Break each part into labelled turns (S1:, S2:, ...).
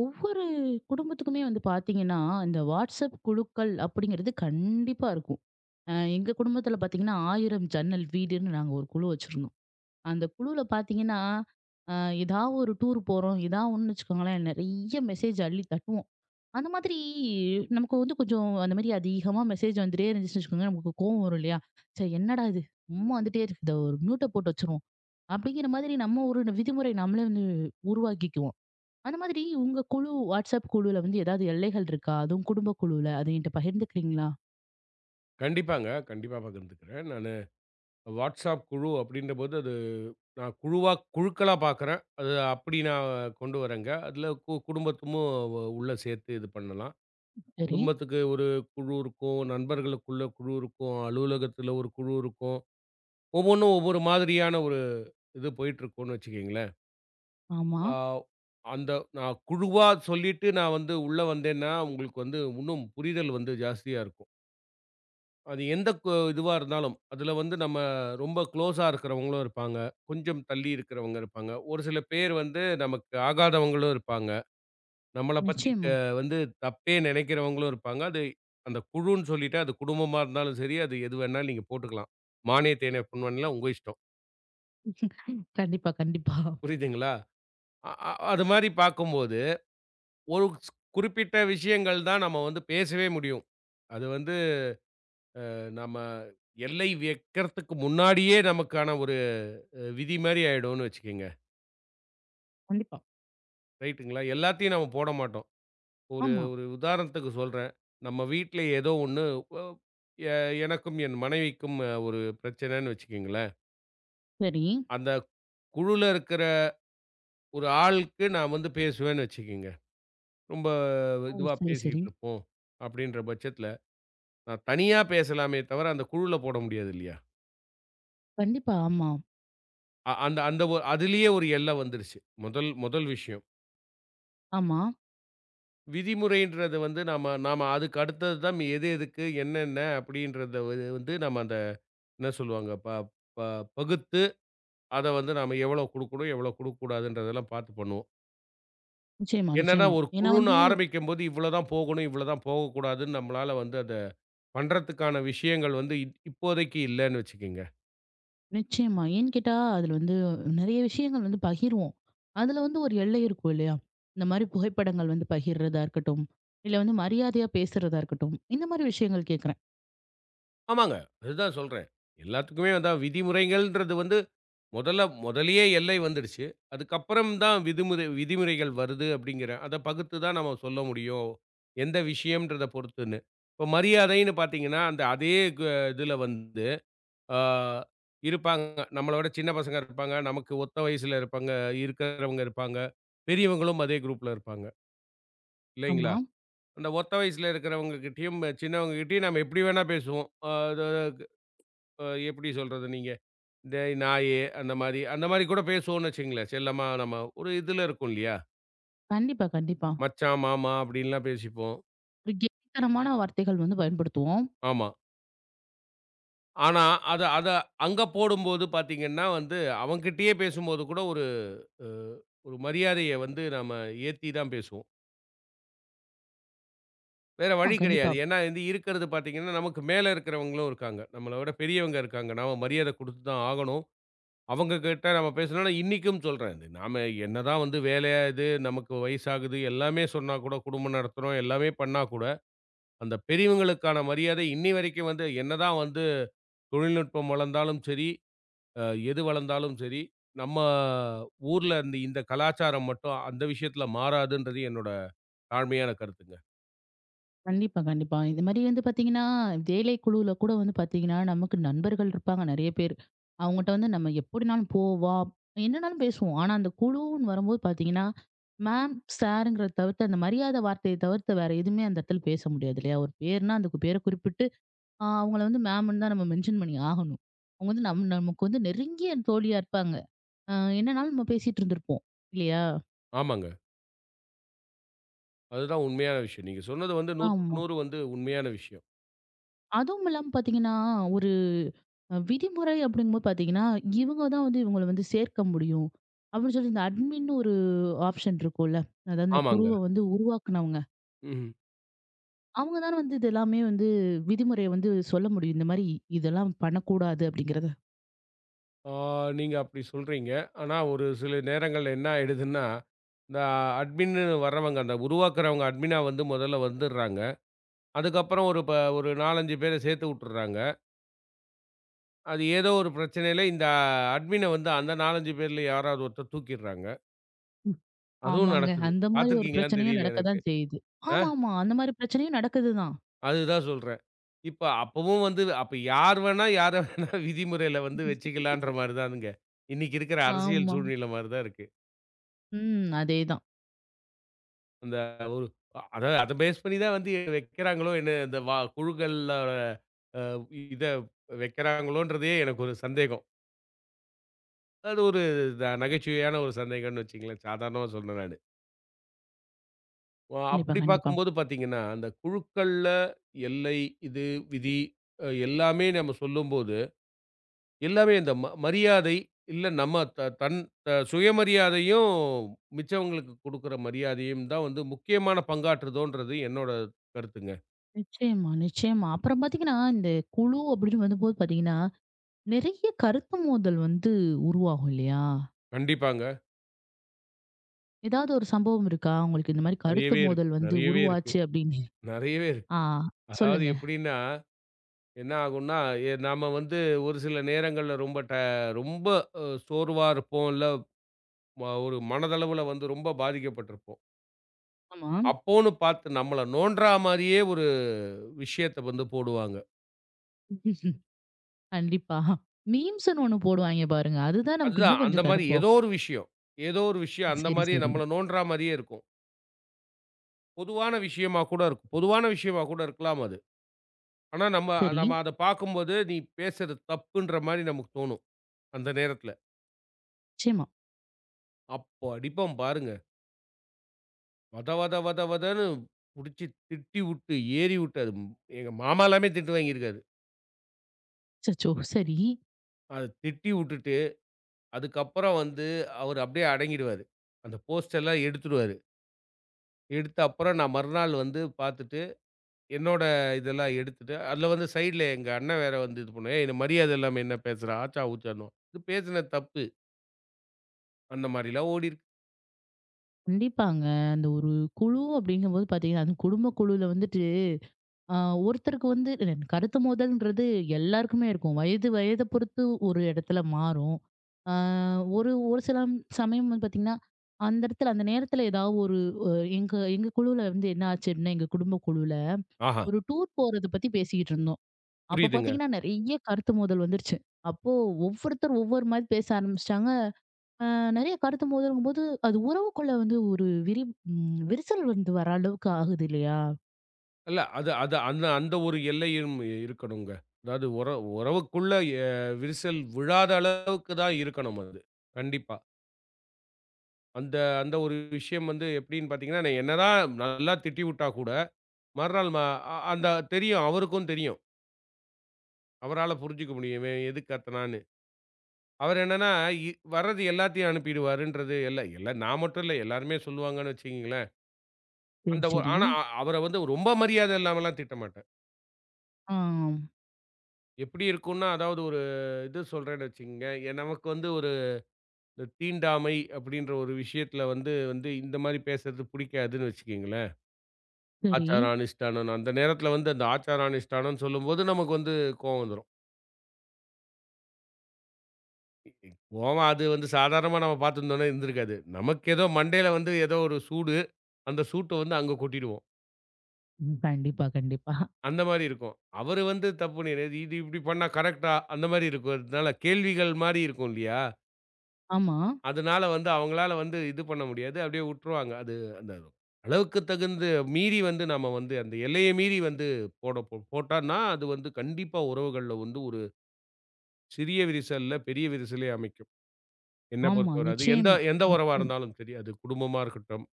S1: ஒவ்வொரு குடும்பத்துக்குமே வந்து பாத்தீங்கன்னா, இந்த WhatsApp குழுக்கள் அப்படிங்கிறது கண்டிப்பா இருக்கும். எங்க குடும்பத்துல பாத்தீங்கன்னா, 1000 ஜன்னல் வீடுன்னு நாங்க ஒரு குழு வச்சிருந்தோம். அந்த குழுல பாத்தீங்கன்னா, அ ஏதா ஒரு டூர் போறோம், ஏதா ஒண்ணுன்னு வச்சுக்கோங்களேன், நெறைய மெசேஜ் அள்ளி தட்டுவோம். அந்த மாதிரி நமக்கு வந்து கொஞ்சம் அந்த மாரி அதிகமா மெசேஜ் வந்துட்டே இருந்துச்சுன்னு வச்சுக்கோங்க, நமக்கு கோவம் வரும் இல்லையா? சரி என்னடா இது? சும்மா வந்துட்டே இருக்கு. இத ஒரு மியூட்ட போட்டு வச்சுருவோம். அப்படிங்கிற மாதிரி நம்ம ஒரு விதிமுறை நம்மளே வந்து உருவாக்கிக்குவோம். அந்த மாதிரி உங்க குழு வாட்ஸ்அப் குழுல வந்து ஏதாவது எல்லைகள் இருக்கா? அதுவும் குடும்ப குழுல, அத என்கிட்ட பகிர்ந்துக்கிறீங்களா?
S2: கண்டிப்பாங்க. கண்டிப்பா பகிர்ந்துக்கிறேன். நானு WhatsApp குழு அப்படின்றபோது, அது நான் குழுவா குழுக்களா பார்க்குறேன். அது அப்படி நான் கொண்டு வரேங்க. அதில குடும்பத்தும் உள்ள சேர்த்து இது பண்ணலாம்.
S1: சரி.
S2: குடும்பத்துக்கு ஒரு குழு இருக்கும், நண்பர்களுக்குள்ள குழு இருக்கும், அலுவலகத்தில ஒரு குழு இருக்கும். ஒவ்வொன்னும் ஒவ்வொரு மாதிரியான ஒரு இது போயிட்டுருக்கும்னு வச்சுக்கங்களேன்.
S1: ஆமா.
S2: ஆ அந்த நான் குழுவா சொல்லிட்டு நான் வந்து உள்ள வந்தேன்னா, உங்களுக்கு வந்து இன்னும் புரிதல் வந்து ஜாஸ்தியா இருக்கும். அது எந்த இதுவா இருந்தாலும். அதுல வந்து நம்ம ரொம்ப குளோஸா இருக்கிறவங்களும் இருப்பாங்க. கொஞ்சம் தள்ளி இருக்கிறவங்க இருப்பாங்க. ஒரு சில பேர் வந்து நமக்கு ஆகாதவங்களும் இருப்பாங்க. நம்மள பத்தி
S1: நிச்சயமா.
S2: வந்து தப்பே நினைக்கிறவங்களும் இருப்பாங்க. அது அந்த குழுன்னு சொல்லிட்டா, அது குடும்பமா இருந்தாலும் சரி, அது எது வேணாலும் நீங்க போட்டுக்கலாம். மானே தேனே பொன்வன்லாம் உங்க இஷ்டம்.
S1: கண்டிப்பா, கண்டிப்பா.
S2: புரியுதுங்களா? அ அ அது மாரி பார்க்கும்போது, ஒரு குறிப்பிட்ட விஷயங்கள் தான் நம்ம வந்து பேசவே முடியும். அது வந்து நம்ம எல்லை வைக்கிறதுக்கு முன்னாடியே நமக்கான ஒரு விதி மாரி ஆயிடும்னு வச்சுக்கங்க.
S1: கண்டிப்பா.
S2: ரைட்டுங்களா. எல்லாத்தையும் நம்ம போட மாட்டோம். ஒரு
S1: ஆமா.
S2: ஒரு உதாரணத்துக்கு சொல்றேன். நம்ம வீட்ல ஏதோ ஒண்ணு ஒ எ எனக்கும் என் மனைவிக்கும் ஒரு பிரச்சனைன்னு வச்சுக்கங்களேன்.
S1: சரி.
S2: அந்த குழுல இருக்கிற ஒரு ஆளுக்கு நான் வந்து பேசுவேன்னு வச்சுக்கங்க. ரொம்ப
S1: ஓ!
S2: இதுவா
S1: சரி, சரி.
S2: பேசிக்கிட்டு இருப்போம். அப்படின்ற பட்சத்தில, நான் தனியா பேசலாமே தவிர அந்த குழுல போட முடியாது இல்லையா?
S1: கண்டிப்பா. ஆமா.
S2: அ அந்த அந்த ஒ அதிலேயே ஒரு எல்லை வந்துருச்சு. முதல் முதல் விஷயம்.
S1: ஆமா.
S2: விதிமுறைன்றது வந்து நாம நாம அதுக்கு அடுத்தது தான் எது எதுக்கு, என்னென்ன அப்படின்றத வந்து நம்ம அந்த என்ன சொல்லுவாங்க, ப ப பகுத்து அத வந்து நாம எவ்வளோ குடுக்கணும், எவ்வளோ குடுக்கக்கூடாதுன்றதெல்லாம் பார்த்து பண்ணுவோம்.
S1: நிச்சயமா,
S2: என்னன்னா
S1: நிச்சயமா.
S2: ஒரு
S1: ஏன்னா
S2: குழுன்னு
S1: வந்து
S2: ஆரம்பிக்கும்போது இவ்வளோ தான் போகணும், இவ்வளோ தான் போகக்கூடாதுன்னு நம்மளால வந்து அத பண்றதுக்கான விஷயங்கள் வந்து இப்போதைக்கு இல்லன்னு வச்சுக்கங்க.
S1: நிச்சயமா. ஏன்னு கேட்டா, அதுல வந்து நெறைய விஷயங்கள் வந்து பகிர்வோம். அதுல வந்து ஒரு எல்லை இருக்கும் இல்லையா? இந்த மாரி புகைப்படங்கள் வந்து பகிர்றதா இருக்கட்டும், இல்ல வந்து மரியாதையா பேசுறதா இருக்கட்டும். இந்த மாரி விஷயங்கள் கேட்கிறேன்.
S2: ஆமாங்க. அதுதான் சொல்றேன். எல்லாத்துக்குமே வந்து விதிமுறைகள்ன்றது வந்து முதல்லயே எல்லை வந்துடுச்சு. அதுக்கப்புறம் தான் விதிமுறைகள் வருது அப்டிங்கிறேன். அத பகுத்து தான் நம்ம சொல்ல முடியும். எந்த விஷயம்ன்றத பொறுத்துன்னு. இப்போ மரியாதைன்னு பார்த்தீங்கன்னா, அந்த அதே க இதுல வந்து ஆ இருப்பாங்க. நம்மள விட சின்ன பசங்க இருப்பாங்க. நமக்கு ஒத்த வயசுல இருப்பாங்க இருக்கிறவங்க இருப்பாங்க. பெரியவங்களும் அதே குரூப்ல இருப்பாங்க. இல்லைங்களா?
S1: ஆமா.
S2: அந்த ஒத்த வயசுல இருக்கிறவங்க கிட்டயும், சின்னவங்க கிட்டயும் நம்ம எப்டி வேணா பேசுவோம். அ அது அ எப்படி சொல்றது நீங்க? இந்த நாயி, அந்த மாரி அந்த மாரி கூட பேசுவோம்னு வச்சுக்கங்களேன். செல்லமா நம்ம ஒரு இதுல இருக்கும் இல்லையா?
S1: கண்டிப்பா, கண்டிப்பா.
S2: மச்சான், மாமா அப்படின்லாம் பேசிப்போம்.
S1: ஒரு கெட்டித்தனமான வார்த்தைகள் வந்து பயன்படுத்துவோம்.
S2: ஆமா. ஆனா, அத அத அங்க போடும்போது பார்த்தீங்கன்னா வந்து, அவன்கிட்டயே பேசும்போது கூட ஒரு அ ஒரு மரியாதைய வந்து நாம ஏத்தி தான் பேசுவோம். வேற
S1: ஆமா,
S2: வழி கிடையாது.
S1: கண்டிப்பா.
S2: ஏன்னா வந்து இருக்கிறது பார்த்தீங்கன்னா, நமக்கு மேல இருக்கிறவங்களும் இருக்காங்க. நம்மள விட பெரியவங்க இருக்காங்க. நாம மரியாதை குடுத்து தான் ஆகணும். அவங்க கிட்ட நம்ம பேசணும்னா இன்னிக்கும் சொல்றேன். இது நாம என்னதான் வந்து வேலையா இது, நமக்கு வயசாகுது, எல்லாமே சொன்னா கூட குடும்பம் நடத்துறோம், எல்லாமே பண்ணா கூட, அந்த பெரியவங்களுக்கான மரியாதை இன்னி வரைக்கும் வந்து என்னதான் வந்து தொழில்நுட்பம் வளர்ந்தாலும் சரி, அ எது வளர்ந்தாலும் சரி, நம்ம ஊர்ல இந்த இந்த கலாச்சாரம் மட்டும் அந்த விஷயத்துல மாறாதுன்றது என்னோட தாழ்மையான கருத்துங்க.
S1: கண்டிப்பா, கண்டிப்பா. இது மாரி வந்து பார்த்தீங்கன்னா, வேலை குழுவுல கூட வந்து பார்த்தீங்கன்னா, நமக்கு நண்பர்கள் இருப்பாங்க நெறைய பேர். அவங்கட்ட வந்து நம்ம எப்படினாலும் போ, வா, என்னனாலும் பேசுவோம். ஆனா, அந்த குழுன்னு வரும்போது பார்த்தீங்கன்னா, மேம், சாருங்கிறத தவிர்த்து அந்த மரியாதை வார்த்தைய தவிர்த்து வேற எதுவுமே அந்த இடத்துல பேச முடியாது இல்லையா? ஒரு பேருனா அந்த பேர குறிப்பிட்டு அவங்கள வந்து மேம்ன்னு தான் நம்ம மென்ஷன் பண்ணி ஆகணும். அவங்க வந்து நம் நமக்கு வந்து நெருங்கிய தோழியா இருப்பாங்க. அ என்னனாலும் நம்ம பேசிட்டு இருந்திருப்போம். இல்லையா?
S2: ஆமாங்க. அதுதான் உண்மையான விஷயம். நீங்க சொன்னது வந்து 100க்கு
S1: ஆமா.
S2: 100 வந்து உண்மையான விஷயம்.
S1: அதுவும் இல்லாம பாத்தீங்கன்னா, ஒரு விதிமுறை அப்படிங்கும்போது பாத்தீங்கன்னா, இவங்க தான் வந்து இவங்கள வந்து சேர்க்க முடியும். அப்படின்னு சொல்லி இந்த அட்மின்னு ஒரு ஆப்ஷன் இருக்கும்ல. அதாவது அந்த
S2: ஆமாங்க.
S1: குருவ வந்து உருவாக்குனவங்க.
S2: ம்.
S1: அவங்க தான வந்து இது எல்லாமே வந்து விதிமுறைய வந்து சொல்ல முடியும். இந்த மாரி இதெல்லாம் பண்ணக்கூடாது அப்படிங்கிறத.
S2: ஆ நீங்க அப்படி சொல்றீங்க. ஆனா, ஒரு சில நேரங்கள்ல என்ன ஆயிடுதுன்னா, இந்த அட்மின்னு வர்றவங்க, அந்த உருவாக்குறவங்க அட்மினா வந்து முதல்ல வந்துர்றாங்க. அதுக்கப்புறம் ஒரு ஒரு 4, 5 பேர சேர்த்து விட்டுர்றாங்க. அது ஏதோ ஒரு பிரச்சனையில இந்த அட்மின வந்து அந்த 4, 5 பேர்ல யாராவது ஒருத்தர் தூக்கிர்றாங்க. அதுவும்
S1: ஆமாங்க.
S2: நடக்குது.
S1: அந்த மாரி ஒரு
S2: பார்த்துருக்கீங்களான்னு
S1: பிரச்சனையும்
S2: தெரியல
S1: நடக்க
S2: எனக்கு.
S1: தான் செய்யுது.
S2: ஆ
S1: ஆமாமா. அந்த மாரி பிரச்சனையும் நடக்குது தான்.
S2: அதுதான் சொல்றேன். இப்ப அப்பவும் வந்து அப்ப யார் வேணா, யார வேணா விதிமுறையில வந்து வச்சுக்கலான்ற மாரி தானுங்க. இன்னைக்கு இருக்கிற அரசியல்
S1: ஆமா.
S2: சூழ்நிலை மாரி தான் இருக்கு.
S1: ம். அதேதான்.
S2: அந்த ஒரு அதாவது அத பேஸ் பண்ணி தான் வந்து வைக்கிறாங்களோ என்ன? இந்த குழுக்கள்ல அ இத வைக்கிறாங்களோன்றதே எனக்கு ஒரு சந்தேகம். அது ஒரு நகைச்சுவையான ஒரு சந்தேகம்ன்னு வச்சுக்கங்களேன். சாதாரணமா சொல்றேன் நானு.
S1: கண்டிப்பா,
S2: அப்படி
S1: கண்டிப்பா.
S2: பார்க்கும்போது பார்த்தீங்கன்னா, அந்த குழுக்கள்ல எல்லை, இது, விதி எல்லாமே நம்ம சொல்லும்போது, எல்லாமே இந்த மரியாதை, இல்ல நம்ம த தன் த சுயமரியாதையும், மிச்சவங்களுக்கு குடுக்குற மரியாதையும் தான் வந்து முக்கியமான பங்காற்றுதோன்றது என்னோட கருத்துங்க.
S1: நிச்சயமா, நிச்சயமா. அப்புறம் பாத்தீங்கன்னா, இந்த குழு அப்படின்னு வந்தபோது பாத்தீங்கன்னா நிறைய கருத்து மோதல் வந்து உருவாகும் இல்லையா?
S2: கண்டிப்பாங்க.
S1: ஏதாவது ஒரு சம்பவம் இருக்கா? உங்களுக்கு இந்த மாரி கருத்து
S2: நெறையவே இருக்கு
S1: மோதல் வந்து
S2: நெறையவே இருக்கு
S1: உருவாச்சு அப்படின்னு?
S2: நெறையவே இருக்கு.
S1: ஆ
S2: அதாவது
S1: சொல்லுங்க.
S2: எப்படின்னா, என்ன ஆகும்னா, நாம வந்து ஒரு சில நேரங்கள்ல ரொம்ப சோர்வா இருப்போம். இல்ல ஒரு மனதளவுல வந்து ரொம்ப பாதிக்கப்பட்டிருப்போம்.
S1: ஆமா.
S2: அப்போன்னு பார்த்து நம்மள நோன்றா மாரியே ஒரு விஷயத்த வந்து போடுவாங்க.
S1: கண்டிப்பா. மீம்ஸ்ன்னு ஒண்ணு போடுவாய்ங்க பாருங்க. அதுதான் நமக்கு
S2: அதுதான்
S1: இன்னும்
S2: அந்த
S1: கொஞ்சம்
S2: மாரி ஏதோ
S1: கடுப்பாகும்.
S2: ஒரு விஷயம். ஏதோ ஒரு விஷயம் அந்த
S1: சரி,
S2: மாரியே
S1: சரி.
S2: நம்மள நோன்றா மாரியே இருக்கும். பொதுவான விஷயமா கூட இருக்கும். பொதுவான விஷயமா கூட இருக்கலாம் அது. ஆனா நம்ம
S1: சரி.
S2: நம்ம அத பார்க்கும்போது, நீ பேசுறது தப்புன்ற மாரி நமக்கு தோணும் அந்த நேரத்துல.
S1: நிச்சயமா.
S2: அப்போ அடிப்பான் பாருங்க. வத வத வத வதன்னு புடிச்சு திட்டி வுட்டு, ஏறி வுட்டு அது எங்க மாமாலாமே திட்டு வாங்கியிருக்காரு.
S1: அச்சச்சோ! சரி.
S2: அத திட்டி வுட்டுட்டு, அதுக்கப்புறம் வந்து அவரு அப்படியே அடங்கிடுவாரு. அந்த போஸ்டெல்லாம் எடுத்துருவாரு. எடுத்த அப்புறம் நான் மறுநாள் வந்து பார்த்துட்டு, என்னோட இதெல்லாம் எடுத்துட்டு, அதில வந்து சைட்ல எங்க அண்ணன் வேற வந்து இது பண்ணுவான். "ஏய்! என்ன மரியாதை இல்லாம என்ன பேசுற? ஆச்சா, ஊச்சான்னுவான்." இது பேசின தப்பு. அந்த மாரிலாம் ஓடிருக்கு.
S1: கண்டிப்பாங்க. அந்த ஒரு குழு அப்படிங்கும்போது பார்த்தீங்கன்னா, அதுவும் குடும்ப குழுல வந்துட்டு ஆ ஒருத்தருக்கு வந்து இல்ல, கருத்து மோதல்ன்றது எல்லாருக்குமே இருக்கும். வயது வயத பொறுத்து ஒரு இடத்துல மாறும். ஆ ஒரு ஒரு சில சமயம் வந்து பார்த்தீங்கன்னா, அந்த இடத்துல அந்த நேரத்துல ஏதாவது ஒரு அ எங்க எங்க குழுவுல வந்து என்ன ஆச்சு அப்படின்னா, எங்க குடும்ப குழுவுல
S2: ஆஹா,
S1: ஒரு டூர் போறத பத்தி பேசிக்கிட்டு இருந்தோம். அப்ப
S2: புரியுதுங்க.
S1: பார்த்தீங்கன்னா, நெறைய கருத்து மோதல் வந்துருச்சு. அப்போ ஒவ்வொருத்தர் ஒவ்வொரு மாரி பேச ஆரம்பிச்சுட்டாங்க. அ நெறைய கருத்து மோதலுங்கும்போது, அது உறவுக்குள்ள வந்து ஒரு விரி ம் விரிசல் வந்து வர அளவுக்கு ஆகுது இல்லையா?
S2: இல்ல. அது அது அந்த அந்த ஒரு எல்லையும் இருக்கணுங்க. அதாவது உறவுக்குள்ள எ விரிசல் விழாத அளவுக்கு தான் இருக்கணும் அது. கண்டிப்பா. அந்த அந்த ஒரு விஷயம் வந்து எப்படின்னு பார்த்தீங்கன்னா, நான் என்னதான் நல்லா திட்டிவுட்டா கூட, மறுநாள் ம அ அந்த தெரியும். அவருக்கும் தெரியும். அவரால புரிஞ்சுக்க முடியும். இவன் எதுக்கு கத்துனான்னு. அவர் என்னன்னா, இ வர்றது எல்லாத்தையும் அனுப்பிடுவாருன்றது எல்லாம் நான் மட்டும் இல்ல. எல்லாருமே சொல்லுவாங்கன்னு வச்சுக்கங்களேன்.
S1: சரி,
S2: அந்த ஒ
S1: சரி.
S2: ஆனா அவர வந்து ரொம்ப மரியாதை இல்லாமலாம் திட்ட மாட்டாங்க.
S1: ஆ.
S2: எப்படி இருக்கும்ன்னா, அதாவது ஒரு இது சொல்றேன்னு வச்சுக்கங்க. நமக்கு வந்து ஒரு இந்த தீண்டாமை அப்படின்ற ஒரு விஷயத்துல வந்து வந்து இந்த மாரி பேசுறது பிடிக்காதுன்னு வச்சுக்கங்களேன்.
S1: சரி.
S2: ஆச்சாரம், அனுஷ்டானம் அந்த நேரத்துல வந்து அந்த ஆச்சாரம், அனுஷ்டானம்னு சொல்லும்போது நமக்கு வந்து கோவம் வந்துரும். கோவம் அது வந்து சாதாரணமா நம்ம பார்த்துருந்தோம்னா இருந்திருக்காது. நமக்கு ஏதோ மண்டையில வந்து ஏதோ ஒரு சூடு. அந்த சூட்ட வந்து அங்க கொட்டிடுவோம்.
S1: ம். கண்டிப்பா, கண்டிப்பா.
S2: அந்த மாரி இருக்கும். அவரு வந்து தப்புன்னு இது இப்படி பண்ணா கரெக்ட்டா? அந்த மாரி இருக்கிறதுனால கேள்விகள் மாரி இருக்கும் இல்லையா?
S1: ஆமா,
S2: அதனால வந்து அவங்களால வந்து இது பண்ண முடியாது. அப்படியே உட்டுருவாங்க. அது அந்த அளவுக்கு தகுந்த மீறி வந்து நம்ம வந்து அந்த எல்லைய மீறி வந்து போட்டோம்னா, அது வந்து கண்டிப்பா உறவுகள்ல வந்து ஒரு சிறிய விரிசல்ல பெரிய விரிசலே அமைக்கும். என்ன
S1: ஆமா.
S2: பொறுத்தவர அது எந்த
S1: நிச்சயமா,
S2: எந்த உறவா
S1: நிச்சயம்,
S2: இருந்தாலும் சரி, அது குடும்பமா இருக்கட்டும்,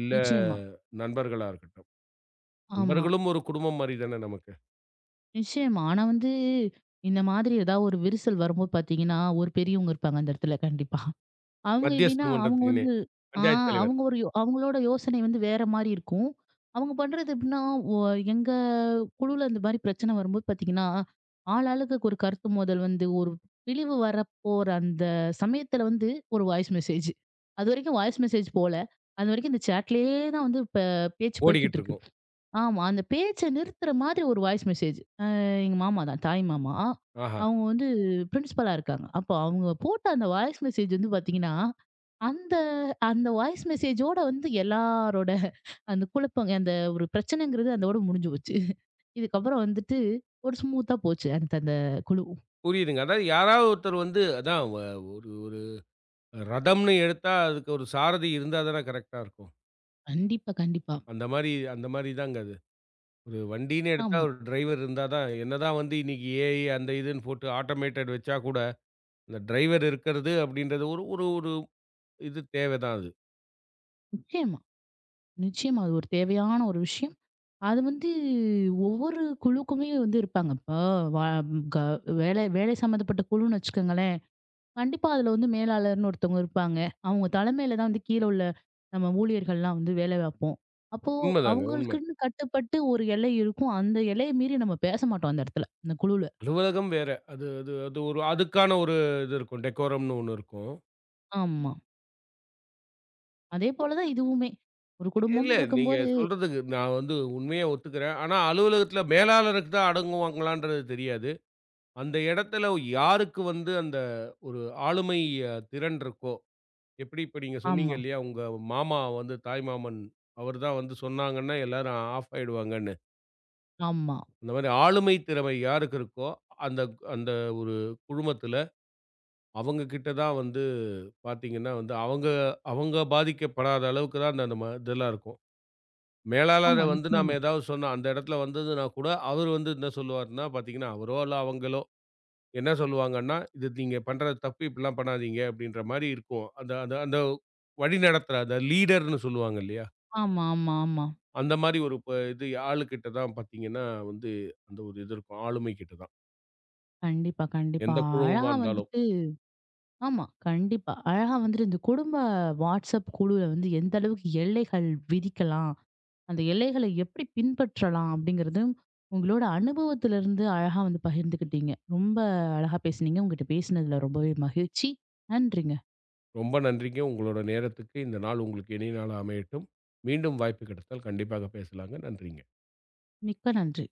S2: இல்ல
S1: நிச்சயமா.
S2: நண்பர்களா இருக்கட்டும்.
S1: ஆமா,
S2: நண்பர்களும் ஒரு குடும்பம் மாரி தானே நமக்கு.
S1: நிச்சயமா. ஆனா வந்து, இந்த மாதிரி ஏதாவது ஒரு விரிசல் வரும்போது பார்த்தீங்கன்னா, ஒரு பெரியவங்க இருப்பாங்க அந்த இடத்துல. கண்டிப்பா. அவங்க எப்படின்னா,
S2: மத்தியஸ்தம்
S1: அவங்க
S2: பண்றதுக்குன்னே
S1: வந்து ஆ
S2: பஞ்சாயத்து தலைவர்
S1: அவங்க ஒரு யோ அவங்களோட யோசனை வந்து வேற மாரி இருக்கும். அவங்க பண்றது எப்படின்னா, ஒ எங்க குழுல இந்த மாரி பிரச்சனை வரும்போது பார்த்தீங்கன்னா, ஆள் ஆளுக்கு ஒரு கருத்து மோதல் வந்து ஒரு பிழிவு வரப்போற அந்த சமயத்துல வந்து ஒரு வாய்ஸ் மெசேஜ். அதுவரைக்கும் வாய்ஸ் மெசேஜ் போல. அதுவரைக்கும் இந்த சேட்லயே தான் வந்து இப்ப பேச்சு போய்க்கிட்டு
S2: ஓடிக்கிட்டு
S1: இருக்கு.
S2: இருக்கும்.
S1: ஆமா. அந்த பேச்ச நிறுத்துற மாதிரி ஒரு வாய்ஸ் மெசேஜ். அ எங்க மாமா தான், தாய் மாமா.
S2: ஆஹா!
S1: அவங்க வந்து பிரின்சிபலா இருக்காங்க. அப்போ அவங்க போட்ட அந்த வாய்ஸ் மெசேஜ் வந்து பார்த்தீங்கன்னா அந்த அந்த வாய்ஸ் மெசேஜோட வந்து எல்லாரோட அந்த குழப்பங்க அந்த ஒரு பிரச்சனைங்கிறது அதோட முடிஞ்சு போச்சு. இதுக்கப்புறம் வந்துட்டு ஒரு ஸ்மூத்தா போச்சு அடுத்த அந்த குழு.
S2: புரியுதுங்க. அதாவது யாராவது ஒருத்தர் வந்து அதான் ஒரு ஒரு ரதம்ன்னு எடுத்தா, அதுக்கு ஒரு சாரதி இருந்தா தானே கரெக்ட்டா இருக்கும்.
S1: கண்டிப்பா, கண்டிப்பா.
S2: அந்த மாரி அந்த மாரி தாங்க அது. ஒரு வண்டின்னு எடுத்தா
S1: ஆமா.
S2: ஒரு டிரைவர் இருந்தா தான் என்னதான் வந்து இன்னைக்கு ஏஐ அந்த இதுன்னு போட்டு ஆட்டோமேட்டட் வச்சா கூட, அந்த டிரைவர் இருக்கிறது அப்படின்றது ஒரு ஒரு ஒரு இது தேவை தான் அது.
S1: நிச்சயமா, நிச்சயமா. அது ஒரு தேவையான ஒரு விஷயம். அது வந்து ஒவ்வொரு குழுக்குமே வந்து இருப்பாங்க. இப்போ வ க வேலை வேலை சம்மந்தப்பட்ட குழுன்னு வச்சுக்கோங்களேன். கண்டிப்பா அதுல வந்து மேலாளர்ன்னு ஒருத்தவங்க இருப்பாங்க. அவங்க தலைமையில தான் வந்து கீழ உள்ள நம்ம ஊழியர்கள்லாம் வந்து வேலை பார்ப்போம். அப்போ
S2: உண்மதாங்க, உண்ம.
S1: அவங்களுக்குன்னு கட்டுப்பட்டு ஒரு எல்லை இருக்கும். அந்த எல்லைய மீறி நம்ம பேச மாட்டோம் அந்த இடத்துல, அந்த குழுல.
S2: அலுவலகம் வேற. அது அது அது ஒரு அதுக்கான ஒரு இது இருக்கும். டெக்கோரம்ன்னு ஒண்ணு இருக்கும்.
S1: ஆமா. அதே போல தான் இதுவுமே. ஒரு
S2: இல்ல
S1: குடும்பம்னு
S2: நீங்க
S1: இருக்கும்போது
S2: சொல்றதுக்கு நான் வந்து உண்மையா ஒத்துக்கிறேன். ஆனா அலுவலகத்தில மேலாளருக்கு தான் அடங்குவாங்களான்றது தெரியாது. அந்த இடத்துல யாருக்கு வந்து அந்த ஒரு ஆளுமை திறன் இருக்கோ, எப்படி இப்ப நீங்க சொன்னீங்க
S1: ஆமா,
S2: இல்லையா? உங்க மாமா வந்து தாய்மாமன், அவர் தான் வந்து சொன்னாங்கன்னா எல்லாரும் ஆஃப் ஆயிடுவாங்கன்னு.
S1: ஆமா,
S2: அந்த மாரி ஆளுமை திறமை யாருக்கு இருக்கோ, அந்த அந்த ஒரு குழுமத்துல அவங்க கிட்ட தான் வந்து பார்த்தீங்கன்னா வந்து, அவங்க அவங்க பாதிக்கப்படாத அளவுக்கு தான் அந்த நம்ம இதெல்லாம் இருக்கும். மேலாளர
S1: ஆமா.
S2: வந்து நாம
S1: நிச்சயமா.
S2: ஏதாவது சொன்னா, அந்த இடத்துல வந்ததுனா கூட, அவரு வந்து என்ன சொல்லுவாருன்னா பார்த்தீங்கன்னா, அவரோ இல்ல அவங்களோ என்ன சொல்லுவாங்கன்னா, "இது நீங்க பண்ற தப்பு. இப்படிலாம் பண்ணாதீங்க." அப்படின்ற மாரி இருக்கும். அந்த அந்த அந்த வழிநடத்துற அந்த லீடர்ன்னு சொல்லுவாங்க இல்லையா?
S1: ஆமா, ஆமா, ஆமா.
S2: அந்த மாரி ஒரு இது ஆளுகிட்ட தான் பார்த்தீங்கன்னா வந்து, அந்த ஒரு இது இருக்கும். ஆளுமை கிட்ட தான்.
S1: கண்டிப்பா, கண்டிப்பா.
S2: எந்த குழுமமா
S1: அழகா
S2: இருந்தாலும்.
S1: வந்துட்டு ஆமா. கண்டிப்பா. அழகா வந்துட்டு இந்த குடும்ப வாட்ஸ்அப் குழுல வந்து எந்த அளவுக்கு எல்லைகள் விதிக்கலாம்? அந்த எல்லைகளை எப்படி பின்பற்றலாம் அப்படிங்கிறது உங்களோட அனுபவத்திலிருந்து அழகா வந்து பகிர்ந்துக்கிட்டீங்க. ரொம்ப அழகா பேசுனீங்க. உங்ககிட்ட பேசினதுல ரொம்பவே மகிழ்ச்சி. நன்றிங்க.
S2: ரொம்ப நன்றிங்க. உங்களோட நேரத்துக்கு. இந்த நாள் உங்களுக்கு இனிய நாளா அமையட்டும். மீண்டும் வாய்ப்பு கிடைத்தால் கண்டிப்பாக பேசலாங்க. நன்றிங்க.
S1: மிக்க நன்றி.